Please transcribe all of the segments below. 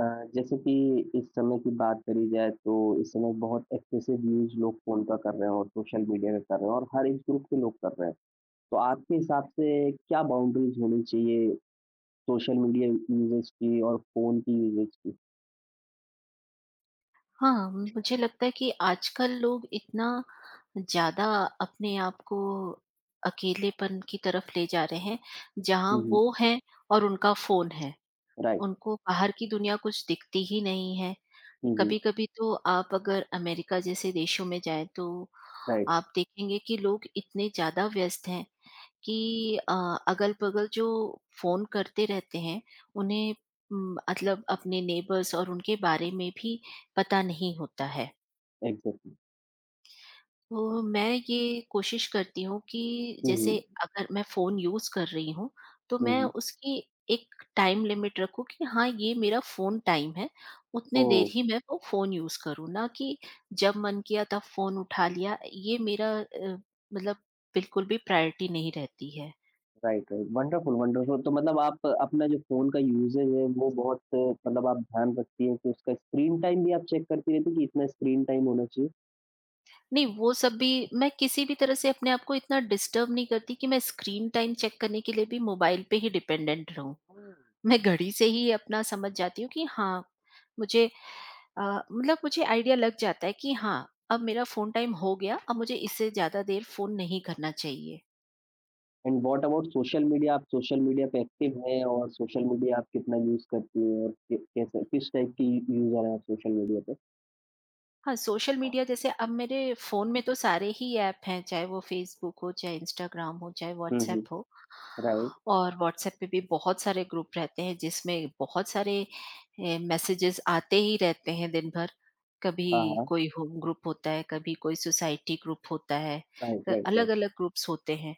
अ, जैसे कि इस समय की बात करी जाए तो इस समय बहुत एक्सेसिव यूज़ लोग फ़ोन का कर रहे हैं और सोशल मीडिया का कर रहे हैं और हर एज ग्रुप के लोग कर रहे हैं। तो आपके हिसाब से क्या बाउंड्रीज़ होनी चाहिए सोशल मीडिया यूज़ेज़ की और फ़ोन की यूज़ेज़ की? हाँ, मुझे लगता है कि आजकल लोग इतना ज़्यादा अपने आप को अकेलेपन की तरफ ले जा रहे हैं, जहाँ हुँ, हुँ। वो हैं और उनका फ़ोन है। राइट। उनको बाहर की दुनिया कुछ दिखती ही नहीं है। हुँ, हुँ। कभी-कभी तो आप अगर अमेरिका जैसे देशों में जाएँ, तो राइट। आप देखेंगे कि लोग इतने ज़्यादा व्यस्त हैं कि अगल-बगल जो फ़ोन करते रहते हैं, उन्हें मतलब अपने नेबर्स और उनके बारे में भी पता नहीं होता है। एग्ज़ैक्टली। तो मैं ये कोशिश करती हूँ कि हुँ, जैसे हुँ। अगर मैं फ़ोन यूज़ कर रही हूँ, तो हुँ, मैं हुँ। उसकी एक टाइम लिमिट रखूँ कि हाँ, ये मेरा फ़ोन टाइम है, उतने ओह! देर ही मैं वो फ़ोन यूज़ करूँ। ना कि जब मन किया तब फ़ोन उठा लिया, ये मेरा मतलब बिल्कुल भी प्रायोरिटी नहीं रहती है। Right, right. Wonderful, wonderful. तो मतलब आप अपना जो फ़ोन का यूज़ेज़ है वो बहुत मतलब आप ध्यान रखती हैं कि उसका स्क्रीन टाइम भी आप चेक करती रहती हैं कि इतना स्क्रीन टाइम होना चाहिए? नहीं, वो सब भी मैं किसी भी तरह से अपने आप को इतना डिस्टर्ब नहीं करती कि मैं स्क्रीन टाइम चेक करने के लिए भी मोबाइल पे ही डिपेंडेंट रहूँ। मैं घड़ी से ही अपना समझ जाती हूँ कि हाँ, मुझे अ, मतलब मुझे आइडिया लग जाता है कि हाँ, अब मेरा फ़ोन टाइम हो गया, अब मुझे इससे ज़्यादा देर फ़ोन नहीं करना चाहिए। And what about social media आप सोशल मीडिया पे एक्टिव हैं और सोशल मीडिया आप कितना यूज़ करती हैं और कि कैसे किस टाइप की यूज़र हैं आप सोशल मीडिया पे? हाँ, सोशल मीडिया जैसे अब मेरे फ़ोन में तो सारे ही ऐप हैं, चाहे वो फ़ेसबुक हो, चाहे इंस्टाग्राम हो, चाहे हुँ, हुँ, व्हाट्सएप हो। राइट। और व्हाट्सएप पे भी बहुत सारे ग्रुप रहते हैं जिसमें बहुत सारे मैसेजेस आते ही रहते हैं दिन भर। कभी हाँ, हाँ, कोई होम ग्रुप होता है, कभी कोई सोसाइटी ग्रुप होता है, राइट, तो राइट, राइट। अलग-अलग ग्रुप्स होते हैं।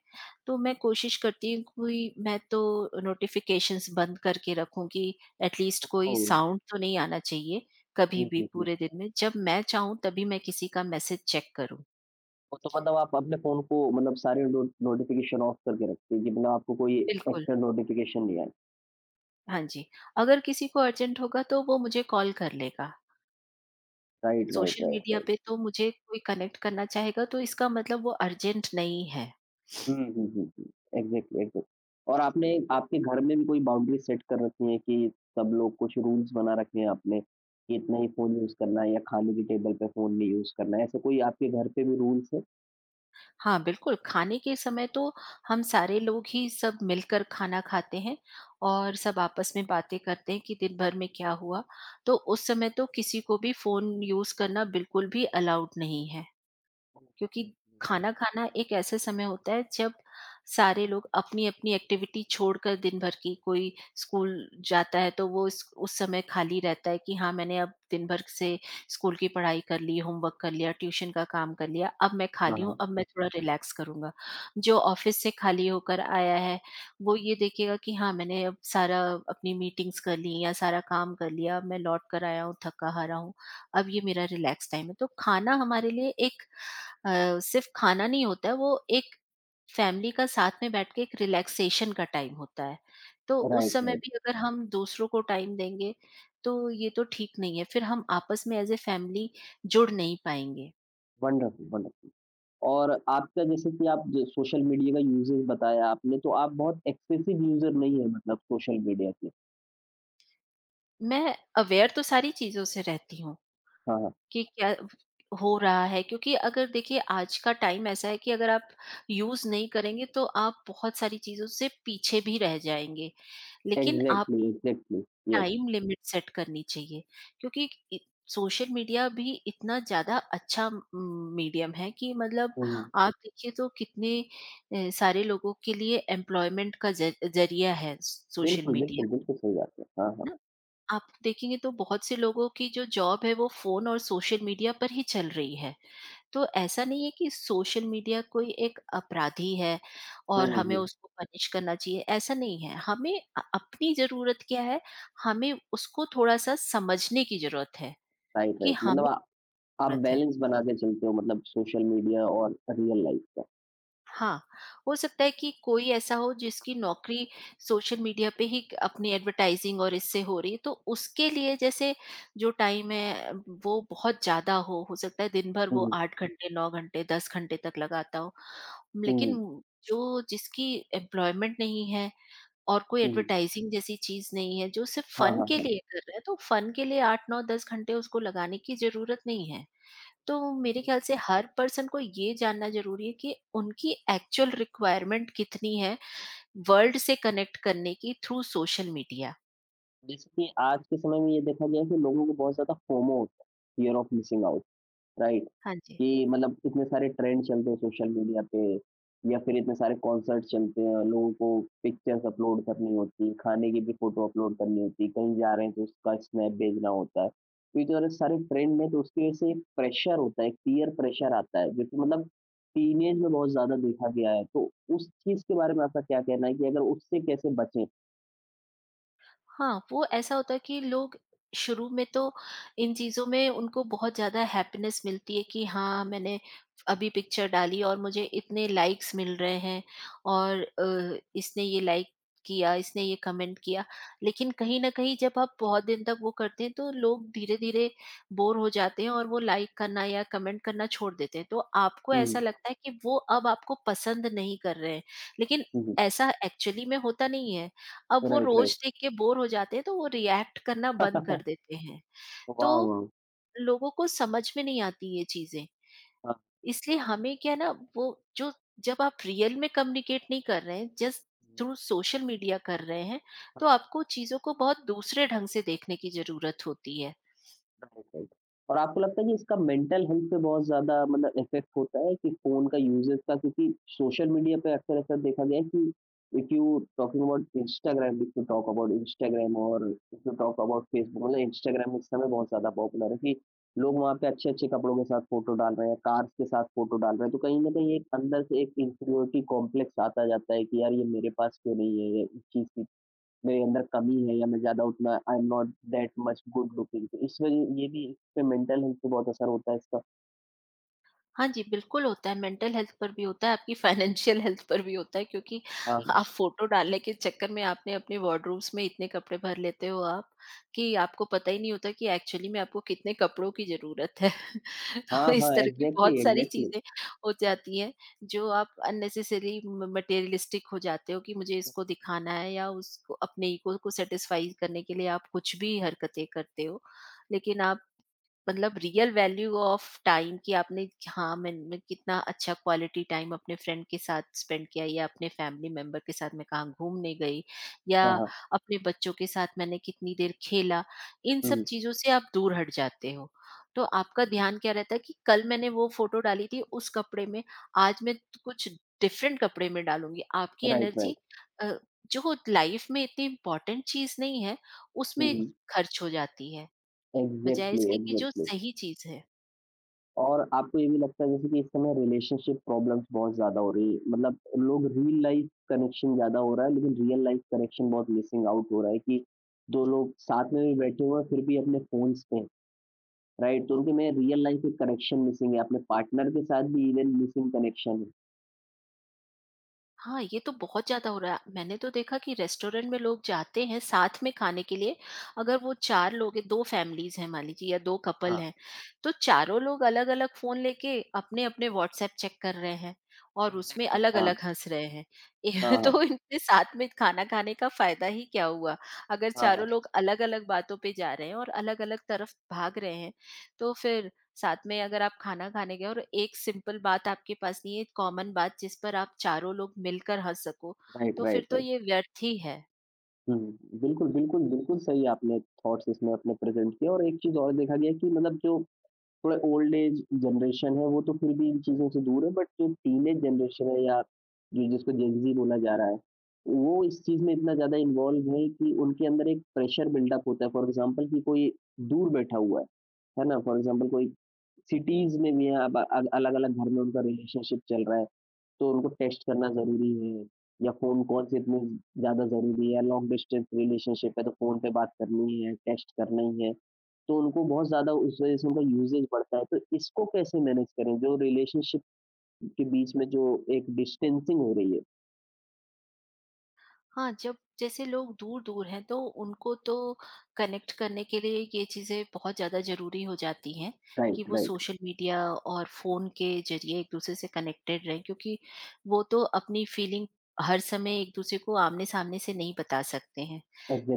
तो मैं कोशिश करती हूँ कोई मैं तो नोटिफ़िकेशंस बंद करके रखूँ कि एट लीस्ट कोई ओह! साउंड तो नहीं आना चाहिए, कभी हुँ, भी हुँ, हुँ। पूरे दिन में जब मैं चाहूँ तभी मैं किसी का मैसेज चेक करूँ। वो तो मतलब आप अपने फ़ोन को मतलब सारे नो नोटिफ़िकेशन ऑफ करके रखते हैं कि मतलब आपको कोई बिल्कुल, एक्स्ट्रा नोटिफ़िकेशन नहीं आए। हाँ जी। अगर किसी को अर्जेंट होगा तो वो मुझे कॉल कर लेगा। Right, right, social right, media right. पे तो मुझे कोई कनेक्ट करना चाहेगा तो इसका मतलब वो अर्जेंट नहीं है। हुँ, हुँ, हुँ, हुँ। एग्ज़ैक्टली, एग्ज़ैक्टली और आपने आपके घर में भी कोई बाउंड्री सेट कर रखी है कि सब लोग कुछ रूल्स बना रखे हैं आपने कि इतना ही फ़ोन यूज़ करना है या खाने की टेबल पे फ़ोन नहीं यूज़ करना है, ऐसे कोई आपके घर पे भी रूल्स है? हाँ, बिल्कुल खाने के समय तो हम सारे लोग ही सब मिलकर खाना खाते हैं और सब आपस में बातें करते हैं कि दिन भर में क्या हुआ। तो उस समय तो किसी को भी फ़ोन यूज़ करना बिल्कुल भी अलाउड नहीं है। हुँ, हुँ, क्योंकि खाना खाना एक ऐसे समय होता है जब सारे लोग अपनी-अपनी एक्टिविटी छोड़कर दिन भर की कोई स्कूल जाता है तो वो इस उस समय खाली रहता है कि हाँ, मैंने अब दिन भर से स्कूल की पढ़ाई कर ली, होमवर्क कर लिया, ट्यूशन का काम कर लिया, अब मैं हुँ, खाली हाँ, हूँ, हुँ। अब मैं थोड़ा रिलैक्स करूँगा। जो ऑफ़िस से खाली होकर आया है, वो ये देखेगा कि हाँ, मैंने अब सारा अपनी मीटिंग्स कर ली या सारा काम कर लिया, अब मैं लौट कर आया हूँ, थका-हारा हूँ, अब ये मेरा रिलैक्स टाइम है। तो खाना हमारे लिए एक सिर्फ खाना नहीं होता है, वो एक फैमिली का साथ में बैठ के एक रिलैक्सेशन का टाइम होता है। तो उस राइट, समय राइट। भी अगर हम दूसरों को टाइम देंगे, तो ये तो ठीक नहीं है, फिर हम आपस में एज़ अ फैमिली जुड़ नहीं पाएँगे। वंडरफुल, वंडरफुल और आपका जैसे कि आप जो सोशल मीडिया का यूज़ेज़ बताया आपने, तो आप बहुत एक्सेसिव यूज़र नहीं है मतलब सोशल मीडिया के। मैं अवेयर तो सारी चीज़ों से रहती हूँ हाँ, हाँ। कि क्या हो रहा है, क्योंकि अगर देखिए आज का टाइम ऐसा है कि अगर आप यूज़ नहीं करेंगे, तो आप बहुत सारी चीज़ों से पीछे भी रह जाएँगे। लेकिन आप exactly, exactly. Yes. Time limit set करनी चाहिए, क्योंकि सोशल मीडिया भी इतना ज़्यादा अच्छा मीडियम है कि मतलब हुँ, आप देखिए तो कितने सारे लोगों के लिए एम्प्लॉयमेंट का जरिया है सोशल बिल्कुल, बिल्कुल, मीडिया। बिल्कुल सही बात है। हाँ, हाँ। है ना? आप देखेंगे तो बहुत से लोगों की जो जॉब है वो फोन और सोशल मीडिया पर ही चल रही है, तो ऐसा नहीं है कि सोशल मीडिया कोई एक अपराधी है हुँ, और हुँ, हमें हुँ। उसको पनिश करना चाहिए, ऐसा नहीं है। हमें अपनी ज़रूरत क्या है, हमें उसको थोड़ा-सा समझने की ज़रूरत है राइट, कि राइट। हमें मतलब आ आप ज़रूरत है। बैलेंस बना के चलते हो मतलब सोशल मीडिया और रियल लाइफ़ का। हाँ, हो सकता है कि कोई ऐसा हो जिसकी नौकरी सोशल मीडिया पे ही अपनी एडवर्टाइजिंग और इससे हो रही है, तो उसके लिए जैसे जो टाइम है वो बहुत ज़्यादा हो सकता है दिन भर हुँ, वो हुँ। 8 घंटे, 9 घंटे, 10 घंटे तक लगाता हो। हुँ, लेकिन हुँ। जो जिसकी एम्प्लॉयमेंट नहीं है और कोई हुँ, हुँ। एडवर्टाइजिंग जैसी चीज़ नहीं है, जो सिर्फ हाँ, फन हाँ, के हाँ। लिए कर रहा है, तो फन के लिए 8, 9, 10 घंटे उसको लगाने की ज़रूरत नहीं है। तो मेरे ख्याल से हर पर्सन को ये जानना ज़रूरी है कि उनकी एक्चुअल रिक्वायरमेंट कितनी है वर्ल्ड से कनेक्ट करने की थ्रू सोशल मीडिया। जैसे कि आज के समय में ये देखा गया है कि लोगों को बहुत ज़्यादा फोमो होता है, fear of missing out. Right. हाँ जी। कि मतलब इतने सारे ट्रेंड चलते हैं सोशल मीडिया पे या फिर इतने सारे कॉन्सर्ट चलते हैं, लोगों को पिक्चर्स अपलोड करनी होती है, खाने की भी फ़ोटो अपलोड करनी होती है, कहीं जा रहे हैं तो उसका स्नैप भेजना होता है। तो ये जो है सारे ट्रेंड में तो उसकी वजह से एक प्रेशर होता है, एक पीयर प्रेशर आता है, जो कि मतलब टीनेज में बहुत ज़्यादा देखा गया है। तो उस चीज़ के बारे में आपका क्या कहना है कि अगर उससे कैसे बचें? हाँ, वो ऐसा होता है कि लोग शुरू में तो इन चीज़ों में उनको बहुत ज़्यादा हैप्पीनेस मिलती है कि हाँ, मैंने अभी पिक्चर डाली और मुझे इतने लाइक्स मिल रहे हैं, और इसने ये लाइक किया, इसने ये कमेंट किया। लेकिन कहीं न कहीं जब आप बहुत दिन तक वो करते हैं तो लोग धीरे-धीरे बोर हो जाते हैं और वो लाइक करना या कमेंट करना छोड़ देते हैं। तो आपको हुँ, ऐसा हुँ। लगता है कि वो अब आपको पसंद नहीं कर रहे हैं। लेकिन हुँ, हुँ। ऐसा एक्चुअली में होता नहीं है। अब वो राइट, राइट। रोज देख के बोर हो जाते हैं तो वो रिएक्ट करना बंद कर देते हैं। तो वाह, वाह! लोगों को समझ में नहीं आती ये चीज़ें। हाँ। इसलिए हमें क्या है ना, वो जो जब आप रियल में कम्युनिकेट नहीं कर रहे हैं, just hmm, through social media कर रहे हैं, हाँ। तो आपको चीज़ों को बहुत दूसरे ढंग से देखने की ज़रूरत होती है। राइट। और आपको लगता है कि इसका मेंटल हेल्थ पे बहुत ज़्यादा मतलब इफ़ेक्ट होता है कि फ़ोन का यूज़ेज़ का क्योंकि सोशल मीडिया पे अक्सर ऐसा देखा गया है कि if you talking about Instagram, if you talk about Instagram और if you talk about Facebook मतलब इंस्टाग्राम इस समय बहुत ज़्यादा पॉपुलर है कि लोग वहाँ पे अच्छे-अच्छे कपड़ों के साथ फ़ोटो डाल रहे हैं, कार्स के साथ फ़ोटो डाल रहे हैं, तो कहीं न कहीं एक अंदर से एक इन्फीरियॉरिटी कॉम्प्लेक्स आता जाता है कि यार ये मेरे पास क्यों नहीं है, ये इस चीज़ की मेरे अंदर कमी है या मैं ज़्यादा उतना I am not that much good looking तो इस वजह ये भी एक पे मेंटल हेल्थ पे बहुत असर होता है इसका। हाँ जी, बिल्कुल होता है। मेंटल हेल्थ पर भी होता है, आपकी फाइनेंशियल हेल्थ पर भी होता है, क्योंकि हाँ, आप फ़ोटो डालने के चक्कर में आपने अपने वार्डरोब्स में इतने कपड़े भर लेते हो आप, कि आपको पता ही नहीं होता कि एक्चुअली में आपको कितने कपड़ों की ज़रूरत है। हाँ, तो हाँ, इस तरह की एग्ज़ैक्टली, बहुत सारी एग्ज़ैक्टली। चीज़ें हो जाती हैं, जो आप अननेसेसरी म मटेरियलिस्टिक हो जाते हो कि मुझे इसको दिखाना है या उसको अपने ईगो को सैटिस्फाई करने के लिए आप कुछ भी हरकतें करते हो। लेकिन आप मतलब रियल वैल्यू ऑफ टाइम कि आपने हाँ मैंने कितना अच्छा क्वालिटी टाइम अपने फ्रेंड के साथ स्पेंड किया या अपने फैमिली मेंबर के साथ मैं कहाँ घूमने गई या हाँ, हाँ। अपने बच्चों के साथ मैंने कितनी देर खेला, इन सब हुँ, चीजों से आप दूर हट जाते हो। तो आपका ध्यान क्या रहता है कि कल मैंने वो फोटो डाली थी उस कपड़े में, आज मैं कुछ डिफरेंट कपड़े में डालूंगी, आपकी राइट, एनर्जी राइट। जो लाइफ में इतनी इम्पोर्टेंट चीज नहीं है हुँ, उसमें हुँ। खर्च हो जाती है, बजाय एग्ज़ैक्टली, इसके कि जो एग्ज़ैक्टली सही चीज़ है। और आपको ये भी लगता है जैसे कि इस समय रिलेशनशिप प्रॉब्लम्स बहुत ज़्यादा हो रही है। मतलब लोग रियल लाइफ़ कनेक्शन ज़्यादा हो रहा है लेकिन रियल लाइफ़ कनेक्शन बहुत मिसिंग आउट हो रहा है कि 2 लोग साथ में भी बैठे हुए हैं फिर भी अपने फ़ोन्स पे राइट तो उनके में रियल लाइफ में कनेक्शन मिसिंग है, अपने पार्टनर के साथ भी इवन मिसिंग कनेक्शन है। हाँ, ये तो बहुत ज़्यादा हो रहा है। मैंने तो देखा कि रेस्टोरेंट में लोग जाते हैं साथ में खाने के लिए, अगर वो 4 लोग हैं, 2 फैमिलीज़ हैं मान लीजिए या 2 कपल हाँ। हैं, तो चारों लोग अलग-अलग फ़ोन लेके अपने-अपने व्हाट्सएप चेक कर रहे हैं और उसमें एग्जैक्टली। हाँ, अलग-अलग हँस रहे हैं। ये हाँ, हाँ। तो इनके साथ में खाना खाने का फ़ायदा ही क्या हुआ? अगर हाँ, हाँ। चारों लोग अलग-अलग बातों पे जा रहे हैं और अलग-अलग तरफ भाग रहे हैं, तो फिर साथ में अगर आप खाना खाने गए और एक सिंपल बात आपके पास नहीं है, एक कॉमन बात जिस पर आप चारों लोग मिलकर हँस सको, राइट, तो राइट, फिर तो राइट। ये व्यर्थ ही है। हुँ, बिल्कुल, बिल्कुल, बिल्कुल सही आपने थॉट्स इसमें अपने प्रेज़ेंट किए और एक चीज़ और देखा गया कि मतलब जो थोड़ा ओल्ड एज जनरेशन है, वो तो फिर भी इन चीज़ों से दूर है, बट जो टीनेज जनरेशन है या जो जिसको जेन-ज़ी बोला जा रहा है, वो इस चीज़ में इतना ज़्यादा इन्वॉल्व है कि उनके अंदर एक प्रेशर बिल्डअप होता है। फॉर एग्ज़ाम्पल कि कोई दूर बैठा हुआ है ना? फॉर एग्ज़ाम्पल कोई सिटीज़ में भी है, अब अलग-अलग घर में उनका रिलेशनशिप चल रहा है, तो उनको टेक्स्ट करना ज़रूरी है या फ़ोन कॉल्स इतनी ज़्यादा ज़रूरी है, लॉन्ग डिस्टेंस रिलेशनशिप है, तो फ़ोन पे बात करनी ही है, टेक्स्ट करना ही है। तो उनको बहुत ज़्यादा उस वजह से उनका यूसेज बढ़ता है। तो इसको कैसे मैनेज करें जो रिलेशनशिप के बीच में जो एक डिस्टेंसिंग हो रही है। हाँ, जब जैसे लोग दूर-दूर हैं तो उनको तो कनेक्ट करने के लिए ये चीज़ें बहुत ज़्यादा ज़रूरी हो जाती हैं कि राइट, वो राइट। सोशल मीडिया और फ़ोन के ज़रिए एक-दूसरे से कनेक्टेड रहें, क्योंकि वो तो अपनी फीलिंग हर समय एक-दूसरे को आमने-सामने से नहीं बता सकते हैं।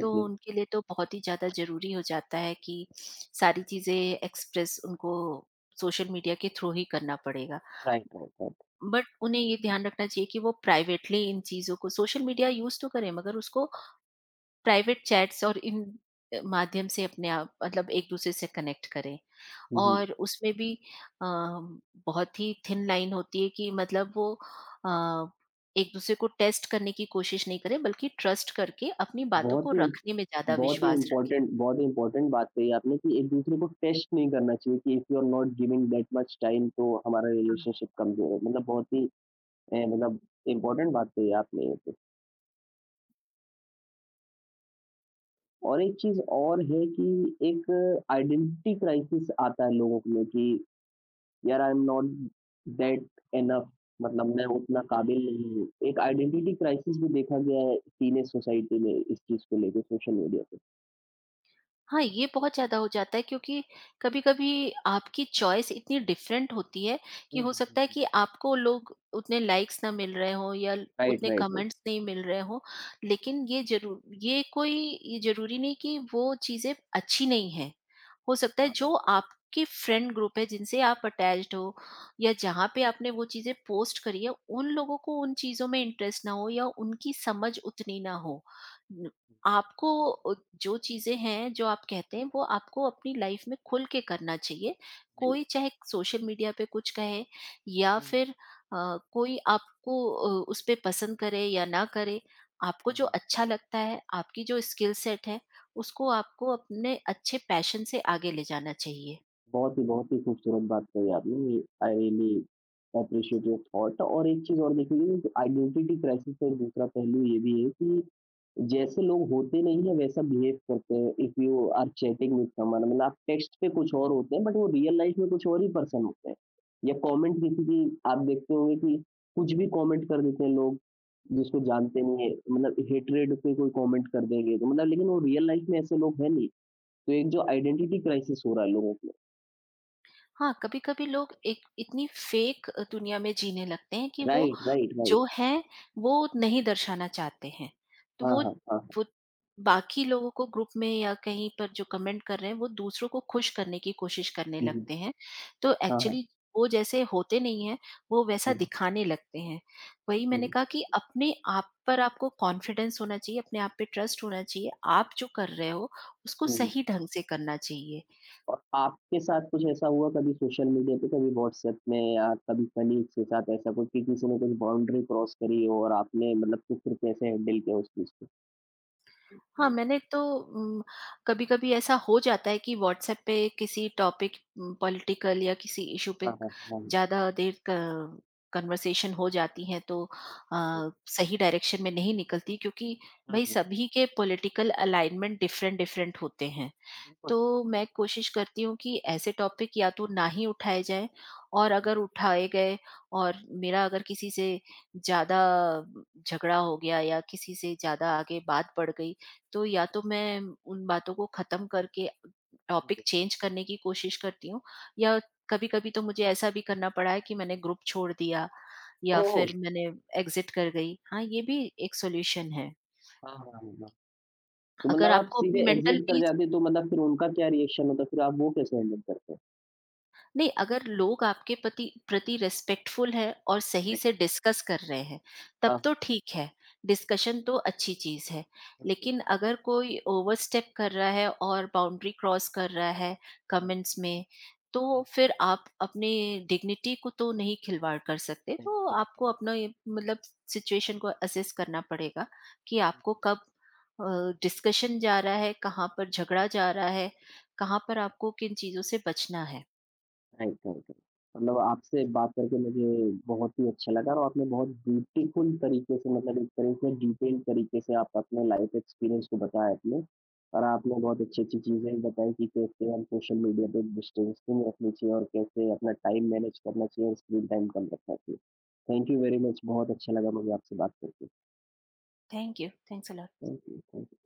तो उनके लिए तो बहुत ही ज़्यादा ज़रूरी हो जाता है कि सारी चीज़ें एक्सप्रेस उनको सोशल मीडिया के थ्रू ही करना पड़ेगा। Right, right, right. बट उन्हें ये ध्यान रखना चाहिए कि वो प्राइवेटली इन चीज़ों को सोशल मीडिया यूज़ तो करें मगर उसको प्राइवेट चैट्स और इन माध्यम से अपने आप मतलब एक-दूसरे से कनेक्ट करें हुँ, हुँ। और उसमें भी अ, बहुत ही थिन लाइन होती है कि मतलब वो अ, एक-दूसरे को टेस्ट करने की कोशिश नहीं करें बल्कि ट्रस्ट करके अपनी बातों बहुत को ही रखने में ज़्यादा विश्वास रखें। बहुत ही इम्पोर्टेंट बात कही आपने कि एक-दूसरे को टेस्ट नहीं करना चाहिए कि if you are not giving that much time तो हमारा रिलेशनशिप कमज़ोर है। मतलब बहुत ही मतलब इम्पोर्टेंट बात कही आपने ये तो। और एक चीज़ और है कि एक आइडेंटिटी क्राइसिस आता है लोगों में कि यार I am not that enough मतलब मैं उतना काबिल नहीं हूँ। एक आइडेंटिटी क्राइसिस भी देखा गया है टीनेज सोसाइटी में इस चीज़ को लेके सोशल मीडिया पे। हाँ, ये बहुत ज़्यादा हो जाता है, क्योंकि कभी-कभी आपकी चॉइस इतनी डिफरेंट होती है कि हुँ, हो हुँ, हुँ, सकता है हुँ। कि आपको लोग उतने लाइक्स ना मिल रहे हों या राइट, उतने राइट, राइट। कमेंट्स नहीं मिल रहे हों, लेकिन ये ज़रूरी नहीं कि वो चीज़ें अच्छी नहीं हैं। हो सकता है हाँ, हाँ। जो आपके फ्रेंड ग्रुप है जिनसे आप अटैच्ड हो या जहाँ पे आपने वो चीज़ें पोस्ट करी है, उन लोगों को उन चीज़ों में इंटरेस्ट ना हो या उनकी समझ उतनी ना हो। आपको जो चीज़ें हैं, जो आप कहते हैं, वो आपको अपनी लाइफ में खुल के करना चाहिए। राइट। कोई चाहे सोशल मीडिया पे कुछ कहे या फिर अ, कोई आपको उस पे पसंद करे या ना करे, आपको जो अच्छा लगता है, आपकी जो स्किल सेट है, उसको आपको अपने अच्छे पैशन से आगे ले जाना चाहिए। बहुत ही खूबसूरत बात कही आपने। I really appreciate your thought और एक चीज़ और देखिए आइडेंटिटी क्राइसिस का एक दूसरा पहलू ये भी है कि जैसे लोग होते नहीं है वैसा बिहेव करते हैं if you are chatting with someone मतलब आप टेक्स्ट पे कुछ और होते हैं बट वो रियल लाइफ में कुछ और ही पर्सन होते हैं या कमेंट किसी की आप देखते होंगे कि कुछ भी कमेंट कर देते हैं लोग जिसको जानते नहीं है मतलब हेटरेड पे कोई कमेंट कर देंगे तो मतलब लेकिन वो रियल लाइफ में ऐसे लोग हैं नहीं तो एक जो आइडेंटिटी क्राइसिस हो रहा है लोगों में हाँ, कभी-कभी लोग एक इतनी फेक दुनिया में जीने लगते हैं कि वो राइट राइट राइट जो हैं, वो नहीं दर्शाना चाहते हैं। तो हाँ वो हाँ हाँ हाँ वो बाकी लोगों को ग्रुप में या कहीं पर जो कमेंट कर रहे हैं, वो दूसरों को खुश करने की कोशिश करने हुँ, हुँ, लगते हैं। तो हाँ हाँ एक्चुअली वो जैसे होते नहीं हैं, वो वैसा हुँ, दिखाने लगते हैं। वही मैंने हुँ, कहा कि अपने आप पर आपको कॉन्फिडेंस होना चाहिए, अपने आप पे ट्रस्ट होना चाहिए। आप जो कर रहे हो, उसको हुँ। सही ढंग से करना चाहिए। और आपके साथ कुछ ऐसा हुआ कभी सोशल मीडिया पे, कभी व्हाट्सएप में या कभी कलीग्स के साथ ऐसा कुछ कि किसी ने कुछ बाउंड्री क्रॉस करी हो और आपने मतलब कि फिर कैसे हैंडल किया उस चीज़ को? हाँ, मैंने तो कभी-कभी ऐसा हो जाता है कि व्हाट्सएप पे किसी टॉपिक पॉलिटिकल या किसी इश्यू पे हाँ, हाँ, हाँ। ज़्यादा देर क कन्वर्सेशन हो जाती है, तो अ, सही डायरेक्शन में नहीं निकलती, क्योंकि भई सभी के पॉलिटिकल अलाइनमेंट डिफरेंट-डिफरेंट होते हैं। तो मैं कोशिश करती हूँ कि ऐसे टॉपिक या तो ना ही उठाए जाएँ, और अगर उठाए गए और मेरा अगर किसी से ज़्यादा झगड़ा हो गया या किसी से ज़्यादा आगे बात बढ़ गई, तो या तो मैं उन बातों को ख़त्म करके ठीक टॉपिक है। चेंज करने की कोशिश करती हूँ या कभी-कभी तो मुझे ऐसा भी करना पड़ा है कि मैंने ग्रुप छोड़ दिया या ओह! फिर मैंने एग्ज़िट कर गई। हाँ, ये भी एक सॉल्यूशन है। हाँ, हाँ, हाँ, हाँ। तो अगर मतलब आप आपको सीधे अपनी मेंटल एग्ज़िट कर पीस जाते तो मतलब फिर उनका क्या रिएक्शन होता? फिर आप वो कैसे हैंडल करते? नहीं, अगर लोग आपके पति प्रति रिस्पेक्टफुल है और सही राइट, से राइट। डिस्कस कर रहे हैं, तब हाँ, तो हाँ। ठीक है, डिस्कशन तो अच्छी चीज़ है। हुँ, हुँ, लेकिन अगर कोई ओवरस्टेप कर रहा है और बाउंड्री क्रॉस कर रहा है हुँ, कमेंट्स में, तो हुँ, फिर आप अपनी डिग्निटी को तो नहीं खिलवाड़ कर सकते। हुँ, तो हुँ, हुँ, आपको हुँ। अपना ये मतलब सिचुएशन को असेस करना पड़ेगा कि आपको हुँ। कब अ, डिस्कशन जा रहा है, कहाँ पर झगड़ा जा रहा है, कहाँ पर आपको किन चीज़ों से बचना है। Right, right, right. मतलब आपसे बात करके मुझे बहुत ही अच्छा लगा और आपने बहुत ब्यूटीफुल तरीके से मतलब एक तरह से डिटेल तरीके से आप अपने लाइफ एक्सपीरियंस को बताया आपने और आपने बहुत अच्छी-अच्छी चीज़ें बताई कि कैसे हम सोशल मीडिया पे डिस्टेंसिंग रखनी चाहिए और कैसे अपना टाइम मैनेज करना चाहिए और स्क्रीन टाइम कम रखना चाहिए। थैंक यू वेरी मच बहुत अच्छा लगा मुझे आपसे बात करके। Thank you. Thanks a lot. Thank you, thank you.